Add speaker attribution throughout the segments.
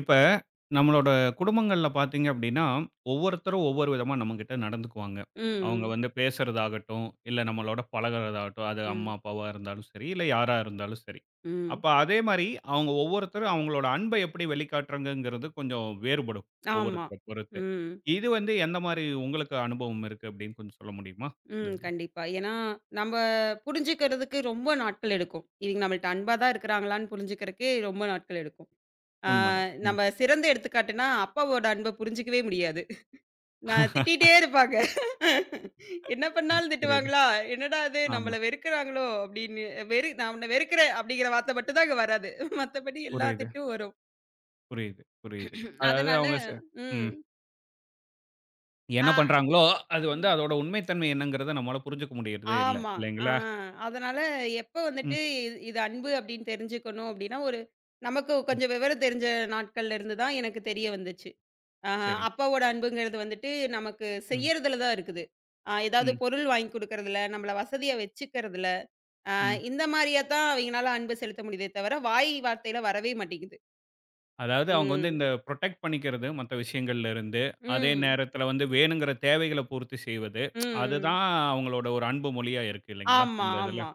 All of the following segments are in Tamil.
Speaker 1: இப்ப நம்மளோட குடும்பங்கள்ல பார்த்தீங்க அப்படின்னா, ஒவ்வொருத்தரும் ஒவ்வொரு விதமா நம்மகிட்ட நடந்துக்குவாங்க. அவங்க
Speaker 2: ம்.
Speaker 1: வந்து பேசுறதாகட்டும், இல்ல நம்மளோட பழகுறதாகட்டும், அது அம்மா,
Speaker 2: ம்.
Speaker 1: அப்பாவா இருந்தாலும் சரி, இல்ல யாரா இருந்தாலும் சரி.
Speaker 2: ம்.
Speaker 1: அப்ப அதே மாரி அவங்க ஒவ்வொருத்தரும் அவங்களோட அன்பை எப்படி வெளிக்காட்டுறாங்கங்கிறது கொஞ்சம் வேறுபடும்,
Speaker 2: ஆமா.
Speaker 1: ஒவ்வொருத்தர பொறுத்து.
Speaker 2: ம்.
Speaker 1: இது வந்து எந்த மாரி உங்களுக்கு அனுபவம் இருக்கு அப்படின்னு கொஞ்சம் சொல்ல முடியுமா? இந்த
Speaker 2: ம். கண்டிப்பா. ஏன்னா, நம்ப புரிஞ்சுக்கிறதுக்கு ரொம்ப நாட்கள் எடுக்கும். இவங்க நம்மள்ட்ட அன்பா தான் இருக்கிறாங்களான்னு புரிஞ்சுக்கிறதுக்கே ரொம்ப நாட்கள் எடுக்கும். ஆ
Speaker 1: உண்மதான். ம்.
Speaker 2: நம்ம சிறந்த எடுத்துக்காட்டுன்னா, அப்பாவோட அன்ப புரிஞ்சுக்கவே முடியாது. நான் திட்டிட்டே இருப்பாங்க. என்ன பண்ணாலும்
Speaker 1: புரியுது.
Speaker 2: திட்டுவாங்களா? "என்னடா இது
Speaker 1: ஆமா.
Speaker 2: நம்மள வெறுக்கிறாங்களோ?" அப்படின்னு "நான் உன்ன வெறுக்கிறேன்" அப்படிங்கிற வார்த்தை மட்டும் தான் அங்க வராது. மத்தபடி எல்லா
Speaker 1: புரியுது,
Speaker 2: திட்டும் வரும்.
Speaker 1: புரியுது, புரியுது. அதாவது
Speaker 2: அதனால
Speaker 1: அவங்க ச
Speaker 2: ம்.
Speaker 1: ம். என்ன
Speaker 2: ஆ.
Speaker 1: பண்றாங்களோ, அது வந்து அதோட உண்மைத்தன்மை என்னங்கிறத நம்மால புரிஞ்சுக்க முடியறதே இல்ல.
Speaker 2: ஆமா. ஆ
Speaker 1: இல்லைங்களா?
Speaker 2: அதனால எப்ப
Speaker 1: ம்,
Speaker 2: வந்துட்டு இது இது அன்பு அப்படின்னு தெரிஞ்சுக்கணும் அப்படின்னா, நமக்கு
Speaker 1: ம்.
Speaker 2: கொஞ்சம் விவரம் தெரிஞ்ச நாட்கள்ல இருந்து தான் எனக்கு தெரிய வந்துச்சு. ஆ
Speaker 1: சரி.
Speaker 2: அப்பாவோட அன்புங்கிறது வந்துட்டு நமக்கு
Speaker 1: ம்,
Speaker 2: செய்யறதுல தான் இருக்குது. ஏதாவது
Speaker 1: ம்,
Speaker 2: பொருள் வாங்கி குடுக்கறதுல, நம்மள வசதியா வச்சுக்கிறதுல, ஆ
Speaker 1: ம்.
Speaker 2: இந்த மாரியா தான் அவங்கனால அன்பு செலுத்த முடியுதே தவிர, வாய் வார்த்தையில வரவே மாட்டேங்குது.
Speaker 1: அதாவது அவங்க வந்து
Speaker 2: ம்.
Speaker 1: இந்த புரொடெக்ட் பண்ணிக்கிறது மத்த விஷயங்கள்ல இருந்து, அதே
Speaker 2: ம்.
Speaker 1: நேரத்தில வந்து வேணுங்கிற தேவைகள பூர்த்தி செய்வது.
Speaker 2: ம். ம்.
Speaker 1: அதுதான் அவங்களோட ஒரு அன்பு மொழியா இருக்கு இல்லைங்களா?
Speaker 2: ஆமா,
Speaker 1: இந்த இதுல.
Speaker 2: ஆமா.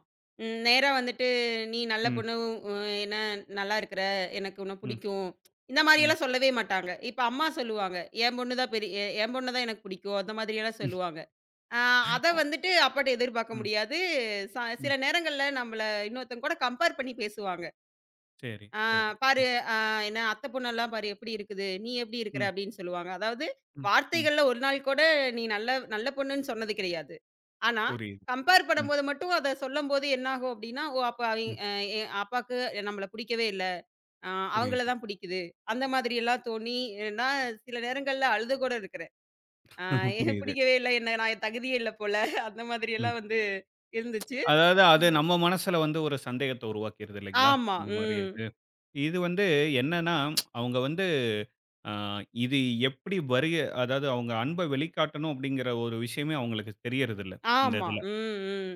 Speaker 2: நேரா வந்துட்டு, "நீ நல்ல
Speaker 1: ம்,
Speaker 2: பொண்ணு, உ என்ன நல்லா இருக்கிற, எனக்கு உன்ன
Speaker 1: ம்,
Speaker 2: புடிக்கும்." இந்த
Speaker 1: ம்,
Speaker 2: மாரியெல்லாம் சொல்லவே மாட்டாங்க. இப்ப அம்மா சொல்லுவாங்க, "என் பொண்ணு தான் பெரிய என் பொண்ண தான் எனக்கு பிடிக்கும்." அந்த மாதிரியெல்லாம்
Speaker 1: ம்,
Speaker 2: சொல்லுவாங்க. அ அத வந்துட்டு அப்பாட்ட எதிர்பார்க்க
Speaker 1: ம்,
Speaker 2: முடியாது. ச
Speaker 1: ம்.
Speaker 2: சில நேரங்கள்ல நம்மள இன்னொருத்தவங்க கூட கம்பேர் பண்ணி பேசுவாங்க.
Speaker 1: சரி,
Speaker 2: ஆ
Speaker 1: சரி,
Speaker 2: "பாரு
Speaker 1: சரி.
Speaker 2: அ என்ன அத்தை பொண்ணெல்லாம் பாரு எப்படி இருக்குது? நீ எப்படி இருக்கிற?"
Speaker 1: ம்,
Speaker 2: அப்படின்னு சொல்லுவாங்க. அதாவது
Speaker 1: ம், ம்.
Speaker 2: வார்த்தைகள்ல ஒரு நாள் கூட நீ நல்ல நல்ல பொண்ணுன்னு சொன்னது கிடையாது. ஆனா,
Speaker 1: புரியுது.
Speaker 2: கம்பேர்
Speaker 1: ம்,
Speaker 2: பண்ணும்போது மட்டும் அத சொல்லும்போது என்னாகும் அப்படின்னா, "ஓ! அப்ப அவிங்
Speaker 1: ம்.
Speaker 2: அ அப்பாக்கு நம்மள புடிக்கவே இல்ல. அ அவங்கள
Speaker 1: புரியுது.
Speaker 2: தான் புடிக்குது." அந்த மாதிரியெல்லாம் தோணி நான் சில நேரங்கள்ல அழுது கூட இருக்கிறேன். அ "எனக்கு
Speaker 1: புரியுது.
Speaker 2: புடிக்கவே இல்ல. என்ன நான் தகுதியே இல்ல போல." அந்த
Speaker 1: ம்.
Speaker 2: மாதிரியெல்லாம் வந்து இருந்துச்சு.
Speaker 1: அதாவது அது
Speaker 2: ம்.
Speaker 1: நம்ம மனசுல வந்து ஒரு சந்தேகத்த உருவாக்கிருது இல்லைங்களா?
Speaker 2: ஆமா.
Speaker 1: இந்த மாரி
Speaker 2: ம்.
Speaker 1: இது. இது வந்து என்னன்னா, அவங்க வந்து அ இது எப்படி வருக அதாவது அவங்க அன்ப வெளிக்காட்டணும் அப்படிங்கிற ஒரு விஷயமே அவங்களுக்கு தெரியறதில்ல, இந்த
Speaker 2: ஆமா.
Speaker 1: இதுல.
Speaker 2: ம், ம்.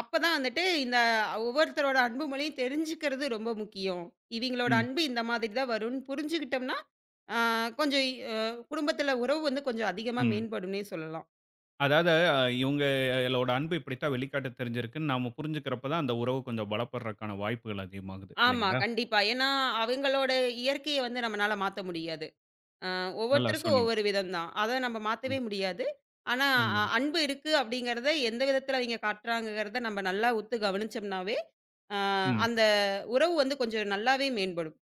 Speaker 2: அப்பதான் வந்துட்டு இந்த ஒவ்வொருத்தரோட அன்பு மொழியும் தெரிஞ்சுக்கிறது ரொம்ப முக்கியம். இவிங்களோட
Speaker 1: ம்,
Speaker 2: அன்பு இந்த மாதிரி தான் வரும்னு புரிஞ்சுக்கிட்டோம்னா, ஆ கொஞ்சம் அ குடும்பத்தில உறவு வந்து கொஞ்சம் அதிகமா
Speaker 1: ம்.
Speaker 2: மேம்படும்னே சொல்லலாம்.
Speaker 1: அதாவது இவங்களோட அன்பு இப்படித்தான் வெளிக்காட்ட தெரிஞ்சிருக்குன்னு நாம புரிஞ்சுக்கிறப்ப தான் அந்த உறவு கொஞ்சம் பலப்படுறதுக்கான வாய்ப்புகள் அதிகமாகுது
Speaker 2: ஆமா,
Speaker 1: இல்லைங்களா?
Speaker 2: கண்டிப்பா. ஏன்னா, அவங்களோட இயற்கைய வந்து நம்மனால மாத்த முடியாது. அ
Speaker 1: நல்லா
Speaker 2: ஒவ்வொருத்தருக்கும்
Speaker 1: சொன்னீங்க.
Speaker 2: ஒவ்வொரு விதம் தான். அத நம்ம
Speaker 1: ம்.
Speaker 2: மாத்தவே முடியாது. ஆனா,
Speaker 1: உண்மதான்.
Speaker 2: அன்பு இருக்கு அப்படிங்கிறத எந்த விதத்தில அவிங்க காட்டுறாங்கங்கிறத நம்ம நல்லா உத்து கவனிச்சோம்னாவே, ஆ
Speaker 1: ம்.
Speaker 2: அந்த உறவு வந்து கொஞ்சம் நல்லாவே மேம்படும்.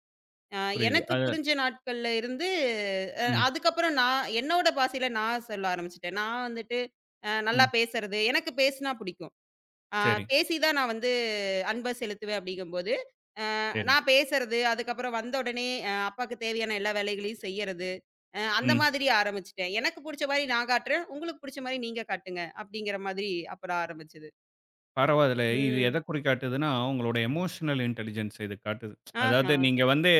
Speaker 2: அ
Speaker 1: புரியுது.
Speaker 2: எனக்கு
Speaker 1: அத
Speaker 2: புரிஞ்ச நாட்கள்ல இருந்து
Speaker 1: ம்,
Speaker 2: அதுக்கப்புறம் நான் என்னோட பாஷையில நான் சொல்ல ஆரம்பிச்சுட்டேன். நான் வந்துட்டு நல்லா
Speaker 1: ம்.
Speaker 2: பேசுறது, எனக்கு பேசினா பிடிக்கும். அ
Speaker 1: சரி,
Speaker 2: பேசி தான் நான் வந்து அன்ப செலுத்துவேன் அப்படிங்கும்போது,
Speaker 1: சரி.
Speaker 2: நான் பேசுறது, அதுக்கப்புறம் வந்த உடனே அப்பாக்கு தேவையான எல்லா வேலைகளையும் செய்யறது, அந்த
Speaker 1: ம்.
Speaker 2: மாதிரி ஆரம்பிச்சுட்டேன். எனக்கு புடிச்ச மாரி நான் காட்டுறேன், உங்களுக்கு புடிச்ச மாரி நீங்க காட்டுங்க அப்படிங்கிற மாதிரி அப்புறம் ஆரம்பிச்சது.
Speaker 1: பரவாயில்ல. இது எத
Speaker 2: ம்.
Speaker 1: குறிக்காட்டுதுன்னா, உங்களோட எமோஷனல் இன்டெலிஜென்ஸ் இது காட்டுது. அதாவது
Speaker 2: ஆஹா.
Speaker 1: நீங்க வந்து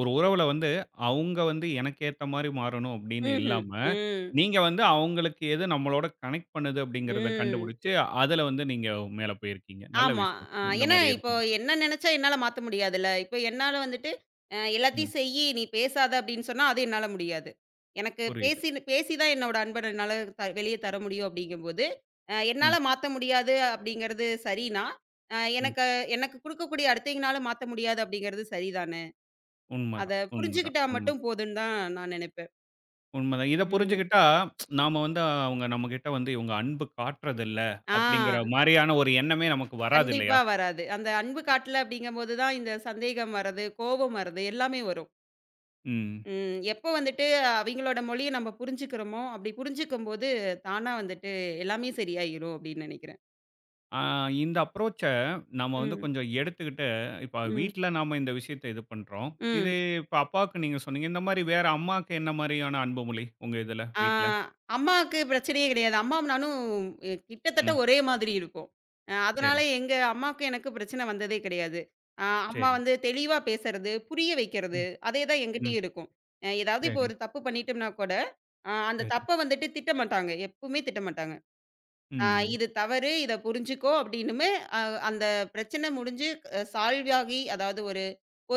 Speaker 1: ஒரு உறவுல வந்து, அவங்க வந்து எனக்கு ஏத்த மாரி மாறணும் அப்படின்னு
Speaker 2: ம்ஹ்ம்.
Speaker 1: இல்லாம,
Speaker 2: ம்.
Speaker 1: நீங்க வந்து அவங்களுக்கு எது நம்மளோட கனெக்ட் பண்ணுது அப்படிங்கிறத
Speaker 2: ம்.
Speaker 1: கண்டுபிடிச்சு, அதுல வந்து நீங்க மேல போயிருக்கீங்க. நல்ல
Speaker 2: ஆமா.
Speaker 1: விஷயம்.
Speaker 2: அ
Speaker 1: இந்த
Speaker 2: ஏன்னா,
Speaker 1: மாரி
Speaker 2: இப்போ
Speaker 1: இருக்கு.
Speaker 2: என்ன நெனச்சா என்னால மாத்த முடியாதுல்ல. இப்போ என்னால வந்துட்டு,
Speaker 1: ம்.
Speaker 2: எல்லாத்தையும் செய்யி, நீ பேசாத அப்படின்னு சொன்னா, அது என்னால முடியாது. எனக்கு
Speaker 1: புரியுது.
Speaker 2: பேசினு பேசி தான் என்னோட அன்ப என்னால வெளிய தர முடியும் அப்படிங்கும்போது, என்னால
Speaker 1: ம்,
Speaker 2: மாத்த முடியாது அப்படிங்கிறது சரின்னா,
Speaker 1: ம்.
Speaker 2: எனக்கு எனக்கு குடுக்கக்கூடிய அடுத்தவிங்கனால மாத்த முடியாது அப்படிங்கிறது சரிதானே. அத
Speaker 1: உண்மதான், உண்மதான்,
Speaker 2: புரிஞ்சுக்கிட்டா
Speaker 1: உண்ம
Speaker 2: மட்டும் போதுன்னு தான் நான் நெனைப்பேன்.
Speaker 1: உண்மதான். இத
Speaker 2: ம்.
Speaker 1: புரிஞ்சுக்கிட்டா, நாம வந்து அவங்க நம்மகிட்ட வந்து இவங்க அன்பு காட்டுறதில்ல
Speaker 2: ஆ.
Speaker 1: அப்படிங்கிற மாரியான ஒரு எண்ணமே நமக்கு வராது
Speaker 2: கண்டிப்பா
Speaker 1: இல்லையா?
Speaker 2: வராது. அந்த அன்பு காட்டல அப்படிங்கும்போது தான் இந்த சந்தேகம் வர்றது, கோபம் வர்றது எல்லாமே வரும்.
Speaker 1: ம்.
Speaker 2: ம். எப்போ வந்துட்டு அவிங்களோட மொழிய நம்ம புரிஞ்சுக்கிறோமோ, அப்படி புரிஞ்சுக்கும்போது தானா வந்துட்டு எல்லாமே சரியாயிரும் அப்படின்னு நெனைக்கிறேன்.
Speaker 1: ஆ இந்த அப்ரோச்ச நம்ம வந்து
Speaker 2: ம்.
Speaker 1: கொஞ்சம் எடுத்துக்கிட்டு, இப்ப
Speaker 2: ம்.
Speaker 1: வீட்ல நாம இந்த விஷயத்த இது பண்றோம்.
Speaker 2: ம்.
Speaker 1: இது இப்ப அப்பாவுக்கு நீங்க சொன்னீங்க. இந்த மாரி வேற அம்மாக்கு என்ன மாரியான அன்பு மொழி உங்க இதுல
Speaker 2: ஆ
Speaker 1: வீட்ல?
Speaker 2: அம்மாவுக்கு பிரச்சனையே கிடையாது. அம்மாவும் நானும் கிட்டத்தட்ட
Speaker 1: ம்.
Speaker 2: ஒரே மாதிரி இருப்போம். அதனால
Speaker 1: சரி,
Speaker 2: எங்க அம்மாவுக்கும் எனக்கும் பிரச்சனை வந்ததே கிடையாது. அ அம்மா
Speaker 1: சரி.
Speaker 2: வந்து தெளிவா பேசுறது, புரிய வைக்கிறது,
Speaker 1: ம்,
Speaker 2: அதே தான்
Speaker 1: ம்.
Speaker 2: என்கிட்டயும் இருக்கும். ஏதாவது இப்போ
Speaker 1: சரி,
Speaker 2: ஒரு தப்பு பண்ணிட்டோம்னா கூட, அந்த
Speaker 1: சரி.
Speaker 2: தப்ப வந்துட்டு திட்ட மாட்டாங்க. எப்பவுமே திட்ட மாட்டாங்க. ஆ
Speaker 1: ம்.
Speaker 2: இது தவறு. இத புரிஞ்சுக்கோ அப்டின்னுமே அ அந்த பிரச்சனை முடிஞ்சு சால்வ் ஆகி அதாவது ஒரு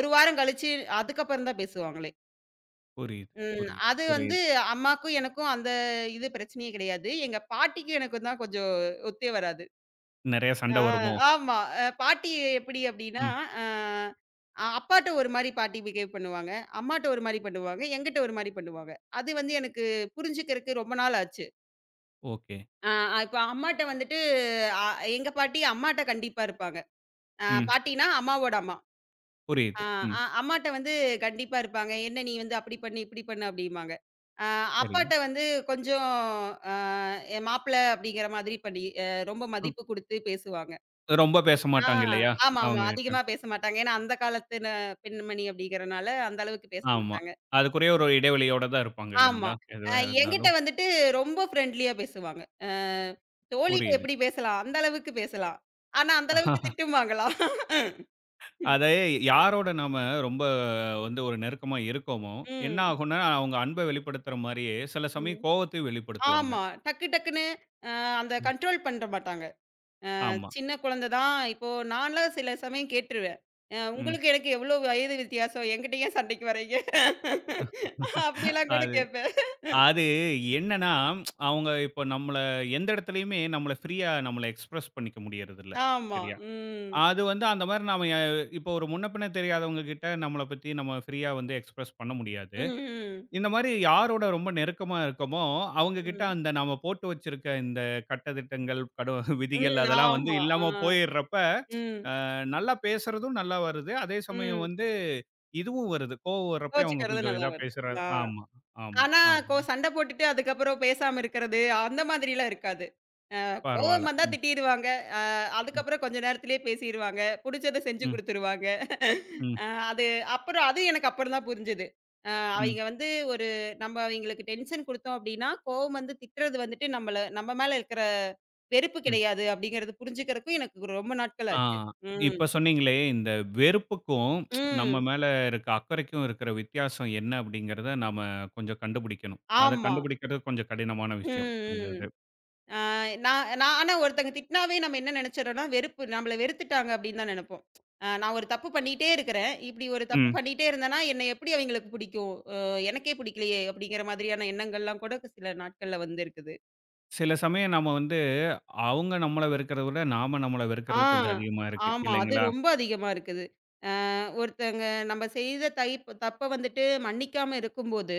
Speaker 2: 1 வாரம் கழிச்சு அதுக்கப்புறம் தான் பேசுவாங்களே.
Speaker 1: புரியுது,
Speaker 2: ம்.
Speaker 1: புரியுது,
Speaker 2: அது வந்து
Speaker 1: புரியுது.
Speaker 2: அம்மாக்கும் எனக்கும் அந்த பிரச்சனையே கிடையாது. எங்க பாட்டிக்கும் எனக்கும் தான் கொஞ்சம் ஒத்தே வராது.
Speaker 1: நெறைய சண்ட
Speaker 2: ஆ
Speaker 1: வருமோ?
Speaker 2: ஆமா. பாட்டி எப்டி அப்டின்னா,
Speaker 1: ம்.
Speaker 2: அ அப்பாட்ட ஒரு மாரி பாட்டி பிஹேவ் பண்ணுவாங்க. அம்மாட்ட ஒரு மாரி பண்ணுவாங்க. என்கிட்ட ஒரு மாரி பண்ணுவாங்க. அது வந்து எனக்கு புரிஞ்சுக்கிறக்கு ரொம்ப நாள் ஆச்சு.
Speaker 1: ஓகே.
Speaker 2: ஆ இப்ப அம்மாட்ட வந்துட்டு அ எங்க பாட்டி அம்மாட்ட கண்டிப்பா இருப்பாங்க. ஆ
Speaker 1: ம்.
Speaker 2: பாட்டின்னா, அம்மாவோட அம்மா.
Speaker 1: புரியுது.
Speaker 2: ஆ
Speaker 1: ம்.
Speaker 2: அ அம்மாட்ட வந்து கண்டிப்பா இருப்பாங்க. "என்ன நீ வந்து அப்படி பண்ணு, இப்படி பண்ணு" அப்படிம்பாங்க. ஆ
Speaker 1: சரி.
Speaker 2: அப்பாட்ட வந்து கொஞ்சம் ஆ என் மாப்பிள அப்படிங்கிற மாதிரி பண்ணி ரொம்ப
Speaker 1: ம்.
Speaker 2: மதிப்பு குடுத்து பேசுவாங்க.
Speaker 1: ரொம்ப பேச
Speaker 2: ஆ
Speaker 1: மாட்டாங்க இல்லையா?
Speaker 2: ஆமாமா.
Speaker 1: அவங்ககிட்ட.
Speaker 2: அதிகமா பேச மாட்டாங்க. ஏன்னா, அந்த காலத்தின பெண்மணி அப்படிங்கிறனால அந்த அளவுக்கு பேச
Speaker 1: ஆமா.
Speaker 2: மாட்டாங்க.
Speaker 1: அதுக்குரிய ஒரு இடைவெளியோட தான் இருப்பாங்க
Speaker 2: ஆமா.
Speaker 1: இல்லைங்களா?
Speaker 2: அ
Speaker 1: எதுவா
Speaker 2: என்கிட்ட
Speaker 1: இருந்தாலும்.
Speaker 2: வந்துட்டு ரொம்ப ஃப்ரெண்ட்லியா பேசுவாங்க. அ தோழிட்ட
Speaker 1: புரியுது.
Speaker 2: எப்படி பேசலாம், அந்த அளவுக்கு பேசலாம். ஆனா, அந்த அளவுக்கு திட்டும் வாங்கலாம்.
Speaker 1: அதை யாரோட நாம ரொம்ப வந்து ஒரு நெருக்கமா இருக்கோமோ, என்ன
Speaker 2: ம்.
Speaker 1: ஆகும்னா, அவங்க அன்ப வெளிப்படுத்துற மாரியே, சில
Speaker 2: ம்.
Speaker 1: சமயம் கோவத்தையும் வெளிப்படுத்துவாங்க.
Speaker 2: ஆமா. டக்கு டக்குன்னு அ அந்த
Speaker 1: ம்.
Speaker 2: கண்ட்ரோல் பண்ற மாட்டாங்க.
Speaker 1: ஆமா.
Speaker 2: சின்ன குழந்தை தான். இப்போ நான்லாம் சில சமயம் கேட்டுருவேன்.
Speaker 1: ம்.
Speaker 2: உங்களுக்கு எனக்கு எவ்ளோ வயது வித்தியாசம்? என்கிட்ட ஏன் சண்டைக்கு வர்றீங்க? அப்படிலாம் கூட
Speaker 1: அது
Speaker 2: கேட்பேன்.
Speaker 1: அது என்னன்னா, அவங்க இப்போ நம்மள எந்த இடத்துலயுமே நம்மள ஃப்ரீயா நம்மள எக்ஸ்பிரஸ் பண்ணிக்க முடியறதில்ல.
Speaker 2: ஆமா.
Speaker 1: சரியா?
Speaker 2: ம்.
Speaker 1: அது வந்து அந்த மாரி நாம எ இப்போ ஒரு முன்ன பின்ன தெரியாதவங்க கிட்ட நம்மள பத்தி நம்ம ஃப்ரீயா வந்து எக்ஸ்பிரஸ் பண்ண முடியாது.
Speaker 2: ம். ம்.
Speaker 1: இந்த மாரி யாரோட ரொம்ப நெருக்கமா இருக்கமோ, அவங்க கிட்ட
Speaker 2: ம்.
Speaker 1: அந்த நாம போட்டு வச்சிருக்க இந்த கட்டதிட்டங்கள், கடு விதிகள்
Speaker 2: ம்,
Speaker 1: அதெல்லாம் வந்து
Speaker 2: ஆமா. ஆ.
Speaker 1: இல்லாம போயிறப்ப,
Speaker 2: ம்.
Speaker 1: அ நல்லா பேசுறதும் நல்லா வருது. அதே சமயம்
Speaker 2: ம்.
Speaker 1: வந்து இதுவும் வருது. கோவம் வரப்பயும் அவங்க
Speaker 2: கோவிச்சுக்கிறது
Speaker 1: கொஞ்சம்
Speaker 2: நல்லா
Speaker 1: இதா
Speaker 2: வருது.
Speaker 1: பேசுறாங்க.
Speaker 2: ஆ.
Speaker 1: ஆமா, ஆமா,
Speaker 2: ஆனா
Speaker 1: ஆமா.
Speaker 2: சண்டை போட்டுட்டு அதுக்கப்புறம் பேசாம இருக்கிறது, அந்த மாதிரிலாம் இருக்காது.
Speaker 1: பரவால்ல.
Speaker 2: கோவமா இருந்தா
Speaker 1: ம்,
Speaker 2: திட்டிருவாங்க. அ
Speaker 1: ம்,
Speaker 2: அதுக்கப்புறம் கொஞ்ச நேரத்திலேயே பேசிருவாங்க. புடிச்சத செஞ்சு
Speaker 1: ம்,
Speaker 2: குடுத்துருவாங்க.
Speaker 1: ம்,
Speaker 2: அ அது அப்புறம் அது எனக்கு அப்புறம் தான் புரிஞ்சது. அ
Speaker 1: ம்,
Speaker 2: அவைங்க வந்து ஒரு நம்ம அவைங்களுக்கு டென்ஷன் குடுத்தோம் அப்டின்னா, கோவம் வந்து திட்டுறது வந்துட்டு நம்மள நம்ம மேல இருக்கிற வெறுப்பு
Speaker 1: ம்.
Speaker 2: கிடையாது அப்டிங்கிறது புரிஞ்சுக்கிறதுக்கும் எனக்கு ரொம்ப நாட்கள்
Speaker 1: ஆ
Speaker 2: ஆச்சு. ம்.
Speaker 1: இப்ப சொன்னீங்களே, இந்த வெறுப்புக்கும் நம்ம
Speaker 2: ம்.
Speaker 1: மேல இருக்க அக்கறைக்கும் இருக்கிற வித்தியாசம் என்ன அப்படிங்கிறத நாம கொஞ்சம் கண்டுபிடிக்கணும். அத
Speaker 2: ஆமா.
Speaker 1: கண்டுபிடிக்கிறது கொஞ்சம் கடினமான
Speaker 2: ம்.
Speaker 1: விஷயம். அந்த
Speaker 2: ம்.
Speaker 1: இது.
Speaker 2: நான் நான் ஆனா ஒருத்தங்க திட்டினாவே நம்ம என்ன நெனைச்சிடுறோம்னா, வெறுப்பு நம்மள வெறுத்துட்டாங்க அப்படின்னு தான் நெனைப்போம். நான் ஒரு தப்பு பண்ணிட்டே இருக்கிறேன். இப்படி ஒரு தப்பு
Speaker 1: ம்.
Speaker 2: பண்ணிட்டே இருந்தேன்னா, என்ன எப்படி அவைங்களுக்கு பிடிக்கும்? எனக்கே பிடிக்கலையே! அப்படிங்கிற மாதிரியான எண்ணங்கள்லாம் கூட சில நாட்கள்ல வந்திருக்குது.
Speaker 1: சில சமயம் நம்ம வந்து, அவங்க நம்மள வெறுக்கிறத விட, நாம நம்மள
Speaker 2: ஆ.
Speaker 1: வெறுக்கிறது கொஞ்சம் அதிகமா இருக்கு.
Speaker 2: ஆமா. அது
Speaker 1: இல்லைங்களா?
Speaker 2: ரொம்ப அதிகமா இருக்குது. ஒருத்தங்க நம்ம செய்த தப்ப வந்துட்டு மன்னிக்காம இருக்கும்போது,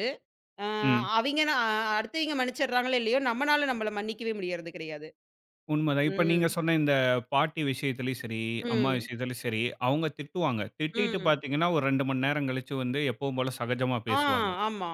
Speaker 2: அ
Speaker 1: ம்.
Speaker 2: அவிங்க ந அடுத்தவிங்க மன்னிச்சிடுறாங்களோ இல்லையோ, நம்மனால நம்மள மன்னிக்கவே முடியறது கிடையாது.
Speaker 1: உண்மதான். இப்ப நீங்க
Speaker 2: ம்.
Speaker 1: சொன்ன இந்த பாட்டி விஷயத்திலயும் சரி, அம்மா
Speaker 2: ம்.
Speaker 1: விஷயத்திலயும் சரி, அவங்க திட்டுவாங்க. திட்டிட்டு
Speaker 2: ம்.
Speaker 1: பார்த்தீங்கன்னா, ஒரு 2 மணி நேரம் கழிச்சு வந்து எப்பவும் போல சகஜமா
Speaker 2: ஆ.
Speaker 1: பேசுவாங்க.
Speaker 2: ஆமா.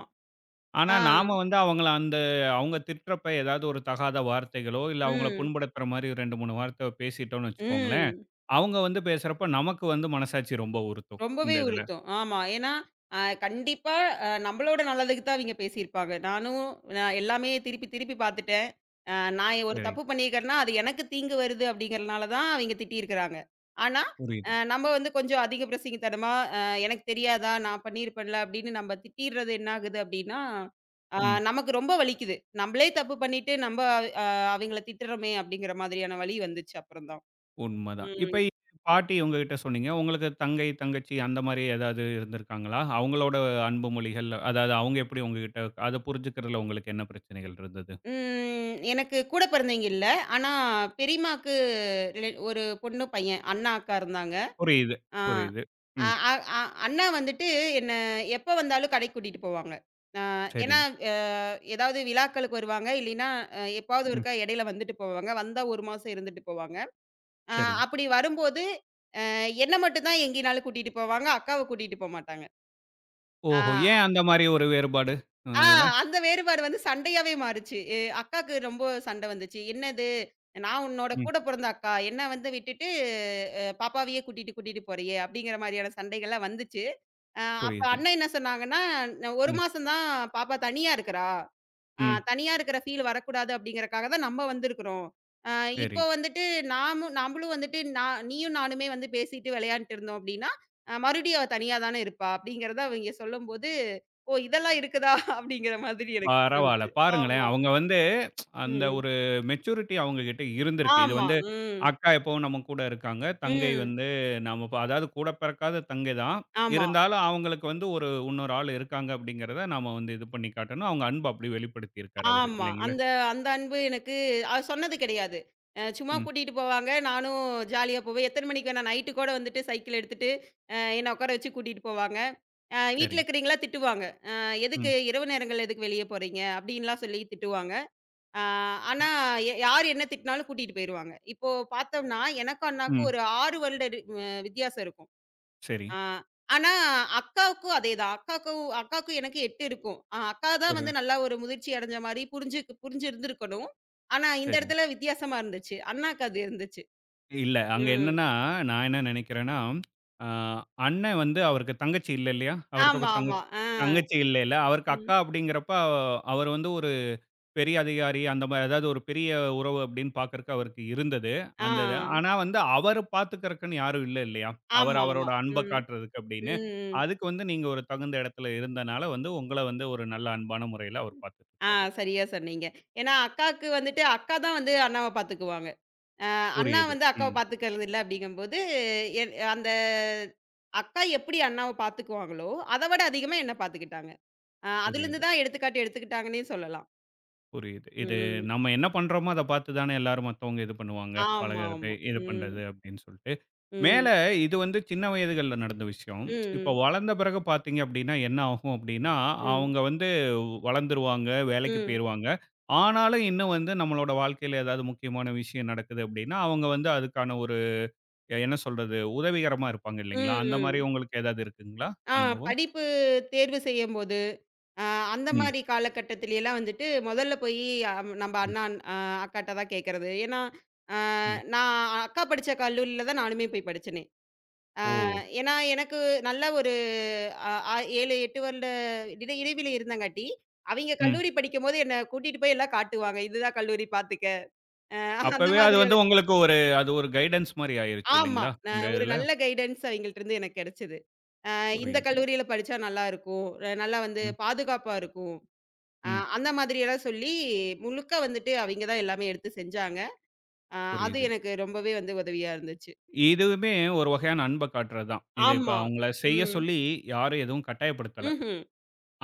Speaker 1: ஆனா,
Speaker 2: ஆ.
Speaker 1: நாம வந்து அவங்கள அந்த அவங்க திட்டுறப்ப ஏதாவது ஒரு தகாத வார்த்தைகளோ, இல்ல அவங்கள
Speaker 2: ம்.
Speaker 1: புண்படுத்துற மாரி 2, 3 வார்த்தை பேசிட்டோம்னு வச்சுக்கோங்களேன்,
Speaker 2: ம்.
Speaker 1: அவங்க வந்து பேசுறப்ப நமக்கு வந்து மனசாட்சி ரொம்ப உறுத்தும். இந்த
Speaker 2: ரொம்பவே
Speaker 1: இதுல.
Speaker 2: உறுத்தும். ஆமா. ஏன்னா, அ கண்டிப்பா நம்மளோட நல்லதுக்கு தான் அவிங்க பேசியிருப்பாங்க. நான் எல்லாமே திருப்பி திருப்பி பார்த்துட்டேன். நான் ஒரு
Speaker 1: சரி.
Speaker 2: தப்பு பண்ணியிருக்கேன்னா, அது எனக்கு தீங்கு வருது அப்படிங்கிறனால தான் அவிங்க திட்டியிருக்கிறாங்க. ஆனா,
Speaker 1: புரியுது.
Speaker 2: நம்ம வந்து கொஞ்சம் அதிக பிரசங்கித்தனமா, எனக்கு தெரியாதா? நான் பண்ணியிருப்பேன்ல அப்படின்னு நம்ம திட்டிறது என்ன ஆகுது அப்படின்னா, அ
Speaker 1: ம்.
Speaker 2: நமக்கு ரொம்ப வலிக்குது. நம்மளே தப்பு பண்ணிட்டு, நம்ம அ அவிங்கள திட்டுறோமே அப்படிங்கிற மாதிரியான வலி வந்துச்சு அப்புறம் தான்.
Speaker 1: உண்மதான்.
Speaker 2: ம்.
Speaker 1: இப்ப பாட்டி உங்ககிட்ட சொன்னீங்க. உங்களுக்கு தங்கை, தங்கச்சி அந்த மாரி ஏதாவது இருந்திருக்காங்களா? அவங்களோட அன்பு மொழிகள், அதாவது அவங்க எப்படி உங்ககிட்ட அத புரிஞ்சுக்கிறதுல உங்களுக்கு என்ன பிரச்சனைகள் இருந்தது?
Speaker 2: ம். எனக்கு கூட பிறந்தவைங்க இல்ல. ஆனா பெரியம்மாக்கு ரிலே ஒரு பொண்ணு, பையன். அண்ணா, அக்கா இருந்தாங்க.
Speaker 1: புரியுது,
Speaker 2: ஆ
Speaker 1: புரியுது.
Speaker 2: அ
Speaker 1: ம்.
Speaker 2: அ அ அண்ணா வந்துட்டு என்ன எப்ப வந்தாலும் கடைக்கு கூட்டிட்டு போவாங்க. அ
Speaker 1: சரி.
Speaker 2: ஏன்னா அ ஏதாவது விழாக்களுக்கு வருவாங்க. இல்லைன்னா எப்பாவது
Speaker 1: ம்.
Speaker 2: ஒருக்கா இடையில வந்துட்டு போவாங்க. வந்தா 1 மாசம் இருந்துட்டு போவாங்க. அ
Speaker 1: சரி.
Speaker 2: அப்படி வரும்போது, அ என்ன மட்டும் தான் எங்கேனாலும் கூட்டிட்டு போவாங்க. அக்காவ கூட்டிட்டு போமாட்டாங்க. ஆ.
Speaker 1: ஓஹோ! ஏன் அந்த மாரி ஒரு வேறுபாடு? அ
Speaker 2: ஆ
Speaker 1: இதுல?
Speaker 2: அந்த வேறுபாடு வந்து சண்டையாவே மாறுச்சு. அக்காக்கு ரொம்ப சண்டை வந்துச்சு. என்னது? நான் உன்னோட
Speaker 1: ம்.
Speaker 2: கூட பொறந்த அக்கா. என்ன வந்து விட்டுட்டு பாப்பாவையே கூட்டிட்டு கூட்டிட்டு போறியே! அப்பிடிங்கிற மாதிரியான சண்டைகள்லாம் வந்துச்சு. அ அப்ப
Speaker 1: புரியுது.
Speaker 2: அண்ணன் என்ன சொன்னாங்கன்னா, "ஒரு
Speaker 1: ம்.
Speaker 2: மாசம் தான் பாப்பா தனியா இருக்கிறா." ஆ
Speaker 1: ம்.
Speaker 2: தனியா இருக்கிற ஃபீல் வரக்கூடாது அப்படிங்கிறக்காக தான் நம்ம வந்திருக்கிறோம். அ
Speaker 1: சரி.
Speaker 2: இப்போ வந்துட்டு நாமும் நம்மளும் வந்துட்டு நான் நீயும் நானுமே வந்து பேசிட்டு விளையாண்ட்டு இருந்தோம் அப்படின்னா, மறுபடியும் அவ தனியா தானே இருப்பா அப்படிங்கிறத அவைங்க சொல்லும்போது, ஓ! இதெல்லாம் இருக்குதா அப்படிங்கிற மாதிரி எனக்கு
Speaker 1: பரவால்ல.
Speaker 2: தோணுச்சு.
Speaker 1: பாருங்களேன்.
Speaker 2: ஆமா.
Speaker 1: அவங்க வந்து அந்த
Speaker 2: ம்.
Speaker 1: ஒரு மெச்சூரிட்டி அவங்க கிட்ட இருந்திருக்கு. இது
Speaker 2: ஆமா.
Speaker 1: வந்து
Speaker 2: ம்.
Speaker 1: அக்கா எப்பவும் நம்ம கூட இருக்காங்க. தங்கை
Speaker 2: ம்.
Speaker 1: வந்து நம்ம ப அதாவது கூட பிறக்காத தங்கை தான்.
Speaker 2: ஆமா.
Speaker 1: இருந்தாலும் அவங்களுக்கு வந்து ஒரு இன்னொரு ஆள் இருக்காங்க அப்படிங்கிறத நாம வந்து இது பண்ணி காட்டணும். அவங்க அன்ப அப்படி வெளிப்படுத்தியிருக்காரு அவரு
Speaker 2: ஆமா.
Speaker 1: இல்லைங்களா?
Speaker 2: அந்த அந்த அன்பு எனக்கு அது சொன்னது கிடையாது. சும்மா
Speaker 1: ம்.
Speaker 2: கூட்டிட்டு போவாங்க. நானும் ஜாலியா போவேன். எத்தன மணிக்கு வேணா நைட்டு கூட வந்துட்டு சைக்கிள் எடுத்துட்டு, என்ன உட்கார வச்சு கூட்டிட்டு போவாங்க.
Speaker 1: சரி.
Speaker 2: வீட்ல இருக்கிறீங்களா திட்டுவாங்க.
Speaker 1: ம்.
Speaker 2: இரவு நேரங்கள்ல எதுக்கு வெளிய போறீங்க?" அப்படின்லாம் சொல்லி திட்டுவாங்க. அ ஆனா யார் என்ன திட்டினாலும் கூட்டிட்டு போயிருவாங்க. இப்போ பார்த்தோம்னா எனக்கும் அண்ணாக்கும்
Speaker 1: ம்.
Speaker 2: ஒரு 6 வருட டி அ வித்தியாசம் இருக்கும்.
Speaker 1: சரி.
Speaker 2: ஆ. ஆனா அக்காவுக்கும் அதேதான். அக்காவுக்கும் எனக்கு 8 இருக்கும். அக்கா தான்
Speaker 1: ஒரு
Speaker 2: வந்து நல்லா ஒரு முதிர்ச்சி அடைஞ்ச மாரி புரிஞ்சிருந்திருக்கணும். ஆனா இந்த
Speaker 1: சரி.
Speaker 2: இடத்துல வித்தியாசமா இருந்துச்சு. அண்ணாக்கு அது இருந்துச்சு.
Speaker 1: இல்ல அங்க
Speaker 2: ம்.
Speaker 1: என்னன்னா, நான் என்ன நினைக்கிறேன்னா, அ அண்ணன் வந்து அவருக்கு தங்கச்சி இல்ல இல்லையா? அவருக்கு
Speaker 2: ஆமா,
Speaker 1: அப்புறம்
Speaker 2: ஆமா.
Speaker 1: தங்கச்சி
Speaker 2: ஆ.
Speaker 1: தங்கச்சி இல்லைல்ல. அவருக்கு
Speaker 2: ம்.
Speaker 1: அக்கா அப்படிங்கிறப்ப அவ அவர் வந்து பெரிய அதிகாரி அந்த மாரி ஏதாவது ஒரு பெரிய உறவு அப்படின்னு பார்க்கறக்கு அவருக்கு இருந்தது.
Speaker 2: ஆ.
Speaker 1: அந்த இது. ஆனா வந்து அவர பார்த்துக்கறக்குன்னு யாரும் இல்ல இல்லையா? அவர்
Speaker 2: ஆமா, ஆமா.
Speaker 1: அவரோட அன்ப
Speaker 2: ம்.
Speaker 1: காட்டுறதுக்கு அப்படின்னு.
Speaker 2: ம்.
Speaker 1: அதுக்கு வந்து நீங்க ஒரு தகுந்த இடத்துல இருந்தனால வந்து உங்கள வந்து ஒரு நல்ல அன்பான முறையில அவர்
Speaker 2: ஆ
Speaker 1: பார்த்துட்டுருக்காரு.
Speaker 2: சரியா சொன்னீங்க. ஏன்னா அக்காவுக்கு வந்துட்டு அக்கா தான் வந்து அண்ணாவ பார்த்துக்குவாங்க. அ அண்ணா
Speaker 1: புரியுது.
Speaker 2: வந்து அக்காவ
Speaker 1: ம்.
Speaker 2: பார்த்துக்கிறது இல்ல அப்படிங்கும்போது, என் அந்த அக்கா எப்படி அண்ணாவ பார்த்துக்குவாங்களோ, அத விட அதிகமா என்ன பார்த்துக்கிட்டாங்க. அதுலருந்து
Speaker 1: புரியுது.
Speaker 2: தான் எடுத்துக்காட்டு எடுத்துக்கிட்டாங்கன்னே சொல்லலாம்.
Speaker 1: புரியுது. இது
Speaker 2: ம்.
Speaker 1: நம்ம என்ன பண்றோமோ அத பார்த்து தானே எல்லாரும் மத்தவங்க இது பண்ணுவாங்க.
Speaker 2: ஆமா,
Speaker 1: பழகுறது,
Speaker 2: ஆமா.
Speaker 1: இது
Speaker 2: ம்.
Speaker 1: பண்றது அப்படின்னு சொல்ட்டு. மேல
Speaker 2: ம்.
Speaker 1: இது வந்து சின்ன வயதுகள்ல நடந்த விஷயம். இப்ப
Speaker 2: ம்.
Speaker 1: வளர்ந்த பிறகு பார்த்தீங்க அப்படின்னா, என்ன ஆகும் அப்படின்னா,
Speaker 2: ம்.
Speaker 1: அவங்க வந்து வளர்ந்துருவாங்க, வேலைக்கு
Speaker 2: ம்.
Speaker 1: போயிருவாங்க. ஆனாலும் இன்னும் வந்து நம்மளோட வாழ்க்கையில ஏதாவது முக்கியமான விஷயம் நடக்குது அப்படின்னா, அவங்க வந்து அதுக்கான ஒரு என்ன சொல்றது, உதவிகரமா இருப்பாங்க இல்லைங்களா?
Speaker 2: ம்.
Speaker 1: அந்த மாரி
Speaker 2: ம்.
Speaker 1: உங்களுக்கு ஏதாவது இருக்குங்களா
Speaker 2: ஆ
Speaker 1: அனுபவம்?
Speaker 2: படிப்பு தேர்வு செய்யும்போது, அ அந்த
Speaker 1: ம்,
Speaker 2: மாரி காலகட்டத்திலலாம் வந்துட்டு முதல்ல போயி நம்ப
Speaker 1: ம்,
Speaker 2: அண்ணா, அ அக்காட்ட தான் கேட்கறது. ஏன்னா, அ
Speaker 1: ம்.
Speaker 2: நான் அக்கா படிச்ச கல்லூரியில தான் நானுமே போய் படிச்சேனே.
Speaker 1: ஓ!
Speaker 2: அ ஏன்னா, எனக்கு நல்ல ஒரு அ அ 7, 8 வருட இடைவெளி இருந்தங்காட்டி, அவைங்க கல்லூரி படிக்கும்போது என்ன கூட்டிட்டு போய் எல்லாம் காட்டுவாங்க. இதுதான் கல்லூரி பாத்துக்க. அ அந்த
Speaker 1: அப்பவே அது
Speaker 2: மாதிரி
Speaker 1: வந்து
Speaker 2: ஆளு.
Speaker 1: உங்களுக்கு ஒரு அது ஒரு கைடன்ஸ் மாரி ஆயிருச்சு
Speaker 2: ஆமா.
Speaker 1: இல்லைங்களா? இந்த
Speaker 2: ஒரு
Speaker 1: இதுல.
Speaker 2: நல்ல கைடன்ஸ் அவைங்கள்ட்டருந்து எனக்கு கிடைச்சது. அ இந்த
Speaker 1: புரியுது.
Speaker 2: கல்லூரியில படிச்சா நல்லாருக்கும். நல்லா வந்து
Speaker 1: ம்,
Speaker 2: பாதுகாப்பா இருக்கும். அ
Speaker 1: ம்.
Speaker 2: அந்த மாதிரியெல்லாம் சொல்லி, முழுக்க வந்துட்டு அவைங்க தான் எல்லாமே எடுத்து செஞ்சாங்க. அ அது
Speaker 1: புரியுது.
Speaker 2: எனக்கு ரொம்பவே வந்து உதவியா இருந்துச்சு.
Speaker 1: இதுவுமே ஒரு வகையான அன்ப காட்டுறது தான். இத இப்ப
Speaker 2: ஆமா.
Speaker 1: அவங்கள செய்ய
Speaker 2: ம்.
Speaker 1: சொல்லி யாரும் எதுவும் கட்டாயப்படுத்தல.
Speaker 2: ம்ஹ்ம்.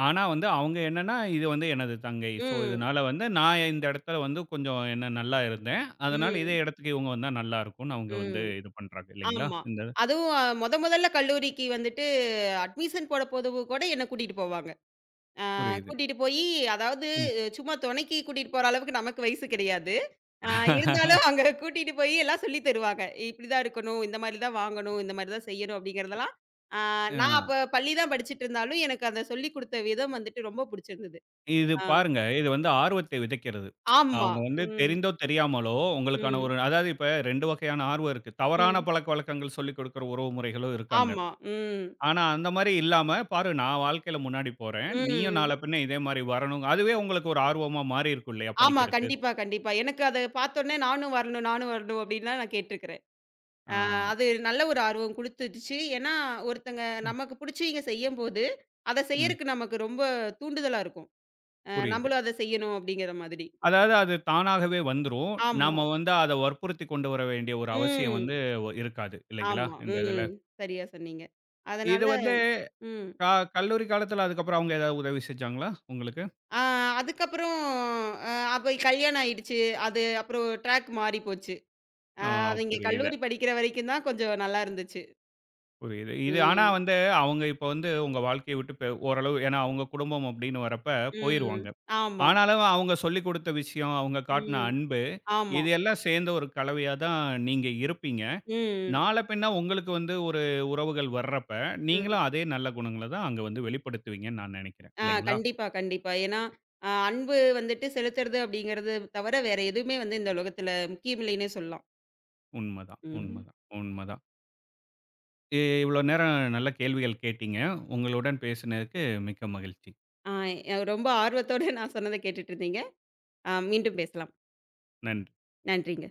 Speaker 1: ஆனா வந்து அவங்க என்னன்னா, இது வந்து எனது தங்கை. ஸோ
Speaker 2: ம்.
Speaker 1: இதனால வந்து நான் இந்த இடத்துல வந்து கொஞ்சம் என்ன நல்லா இருந்தேன். அதனால இதே
Speaker 2: ம்.
Speaker 1: இடத்துக்கு இவங்க வந்தா நல்லா இருக்கும்னு அவங்க வந்து
Speaker 2: ம்.
Speaker 1: இது பண்றாங்க இல்லைங்களா?
Speaker 2: ஆமா.
Speaker 1: இந்த இது?
Speaker 2: அதுவும் மொதல்ல கல்லூரிக்கு வந்துட்டு அட்மிஷன் போட போதவு கூட என்ன கூட்டிட்டு போவாங்க.
Speaker 1: புரியுது.
Speaker 2: கூட்டிட்டு போயி, அதாவது
Speaker 1: ம்.
Speaker 2: சும்மா தொணைக்கு கூட்டிட்டு போற அளவுக்கு நமக்கு வயசு கிடையாது. ஆ இருந்தாலும் அங்க கூட்டிட்டு போயி எல்லாம் சொல்லி தருவாங்க. இப்படிதான் இருக்கணும், இந்த மாரி தான் வாங்கணும், இந்த மாரி தான் செய்யணும் அப்படிங்கிறதெல்லாம். ஆ
Speaker 1: ஆ.
Speaker 2: நான் அப்ப பள்ளி தான் படிச்சுட்டு இருந்தாலும், எனக்கு அந்த சொல்லிக் குடுத்த விதம் வந்துட்டு ரொம்ப புடிச்சிருந்தது.
Speaker 1: இது
Speaker 2: ஆ
Speaker 1: பாருங்க, இது வந்து ஆர்வத்தை விதைக்கிறது.
Speaker 2: ஆமா.
Speaker 1: அவங்க வந்து
Speaker 2: ம்,
Speaker 1: தெரிந்தோ, தெரியாமலோ உங்களுக்கான
Speaker 2: ம்,
Speaker 1: ஒரு அதாவது இப்ப 2 வகையான ஆர்வம் இருக்கு. தவறான
Speaker 2: ம்.
Speaker 1: பழக்கவழக்கங்கள் சொல்லிக் குடுக்குற உறவு முறைகளும் இருக்காங்க.
Speaker 2: ஆமா. ம்,
Speaker 1: ஆனா, அந்த மாரி இல்லாம, "பாரு நான் வாழ்க்கையில முன்னாடி போறேன். நீயும்
Speaker 2: ம்.
Speaker 1: நாள பின்ன இதே மாரி வரணும்." அதுவே உங்களுக்கு ஒரு ஆர்வமா மாறி இருக்கும் இல்லையா
Speaker 2: ஆமா.
Speaker 1: படிக்கிறக்கு?
Speaker 2: கண்டிப்பா, கண்டிப்பா. எனக்கு அத பார்த்தோனே நானும் வரணும், நானும் வரணும் அப்படின்லாம் நான் கேட்டுருக்கிறேன்.
Speaker 1: ஆ.
Speaker 2: ஆ அது நல்ல ஒரு ஆர்வம் குடுத்துடுச்சு. ஏன்னா, ஒருத்தங்க
Speaker 1: ம்,
Speaker 2: நமக்கு புடிச்சவைங்க செய்யும்போது, அத
Speaker 1: ம்.
Speaker 2: செய்யறக்கு நமக்கு ரொம்ப தூண்டுதலா இருக்கும்.
Speaker 1: புரியுது.
Speaker 2: நம்பளும் அத செய்யணும் அப்படிங்கிற மாதிரி.
Speaker 1: அதாவது அது தானாகவே வந்துரும்.
Speaker 2: ஆமா.
Speaker 1: நாம வந்து அத வற்புறுத்தி கொண்டு வர வேண்டிய ஒரு அவசியம் வந்து
Speaker 2: ம்.
Speaker 1: ஒ இருக்காது. இல்லைங்களா?
Speaker 2: ஆமா.
Speaker 1: இந்த இதுல.
Speaker 2: ம். சரியா சொன்னீங்க.
Speaker 1: இது
Speaker 2: அதனால
Speaker 1: வந்து
Speaker 2: ம்.
Speaker 1: க கல்லூரி காலத்துல அதுக்கப்புறம் அவங்க ஏதாவது உதவி செஞ்சாங்களா உங்களுக்கு?
Speaker 2: ஆ அதுக்கப்புறம் அ அப்ப கல்யாணம் ஆயிடுச்சு. அது அப்புறம் ட்ராக் மாறி போச்சு. அ
Speaker 1: ஆ
Speaker 2: அவிங்க
Speaker 1: புரியுது,
Speaker 2: கல்லூரி படிக்கிற வரைக்கும் தான் கொஞ்சம் நல்லா இருந்துச்சு.
Speaker 1: புரியுது. இது ஆனா
Speaker 2: ம்.
Speaker 1: வந்து அவங்க இப்ப வந்து உங்க வாழ்க்கைய விட்டு பெ ஓரளவு ஏன்னா அவங்க குடும்பம் அப்படின்னு வரப்ப
Speaker 2: ம்.
Speaker 1: போயிருவாங்க.
Speaker 2: ஆமா.
Speaker 1: ஆனாலும் அவங்க சொல்லிக் குடுத்த விஷயம், அவங்க காட்டுன
Speaker 2: ம்.
Speaker 1: அன்பு,
Speaker 2: ஆமா.
Speaker 1: இது எல்லாம் சேர்ந்த ஒரு கலவையா தான் நீங்க இருப்பீங்க.
Speaker 2: ம்.
Speaker 1: நாள பின்ன உங்களுக்கு வந்து ஒரு உறவுகள் வர்றப்ப,
Speaker 2: ம்.
Speaker 1: நீங்களும் அதே நல்ல குணங்கள தான் அங்க வந்து வெளிப்படுத்துவீங்கன்னு நான் நெனைக்கிறேன். இல்லைங்களா?
Speaker 2: கண்டிப்பா, கண்டிப்பா. ஏன்னா, அன்பு வந்துட்டு செலுத்துறது அப்படிங்கிறது தவிர வேற எதுவுமே வந்து இந்த உலகத்துல முக்கியம் இல்லைன்னே சொல்லலாம்.
Speaker 1: உண்மதான்,
Speaker 2: ம்.
Speaker 1: உண்மதான், உண்மதான். இ இவ்வளோ நேரம் நல்ல கேள்விகள் கேட்டீங்க. உங்களுடன் பேசினதுக்கு மிக்க மகிழ்ச்சி.
Speaker 2: ஆ ரொம்ப ஆர்வத்தோட நான் சொன்னத கேட்டுட்டு இருந்தீங்க. மீண்டும் பேசலாம்.
Speaker 1: நன்றி.
Speaker 2: நன்றிங்க.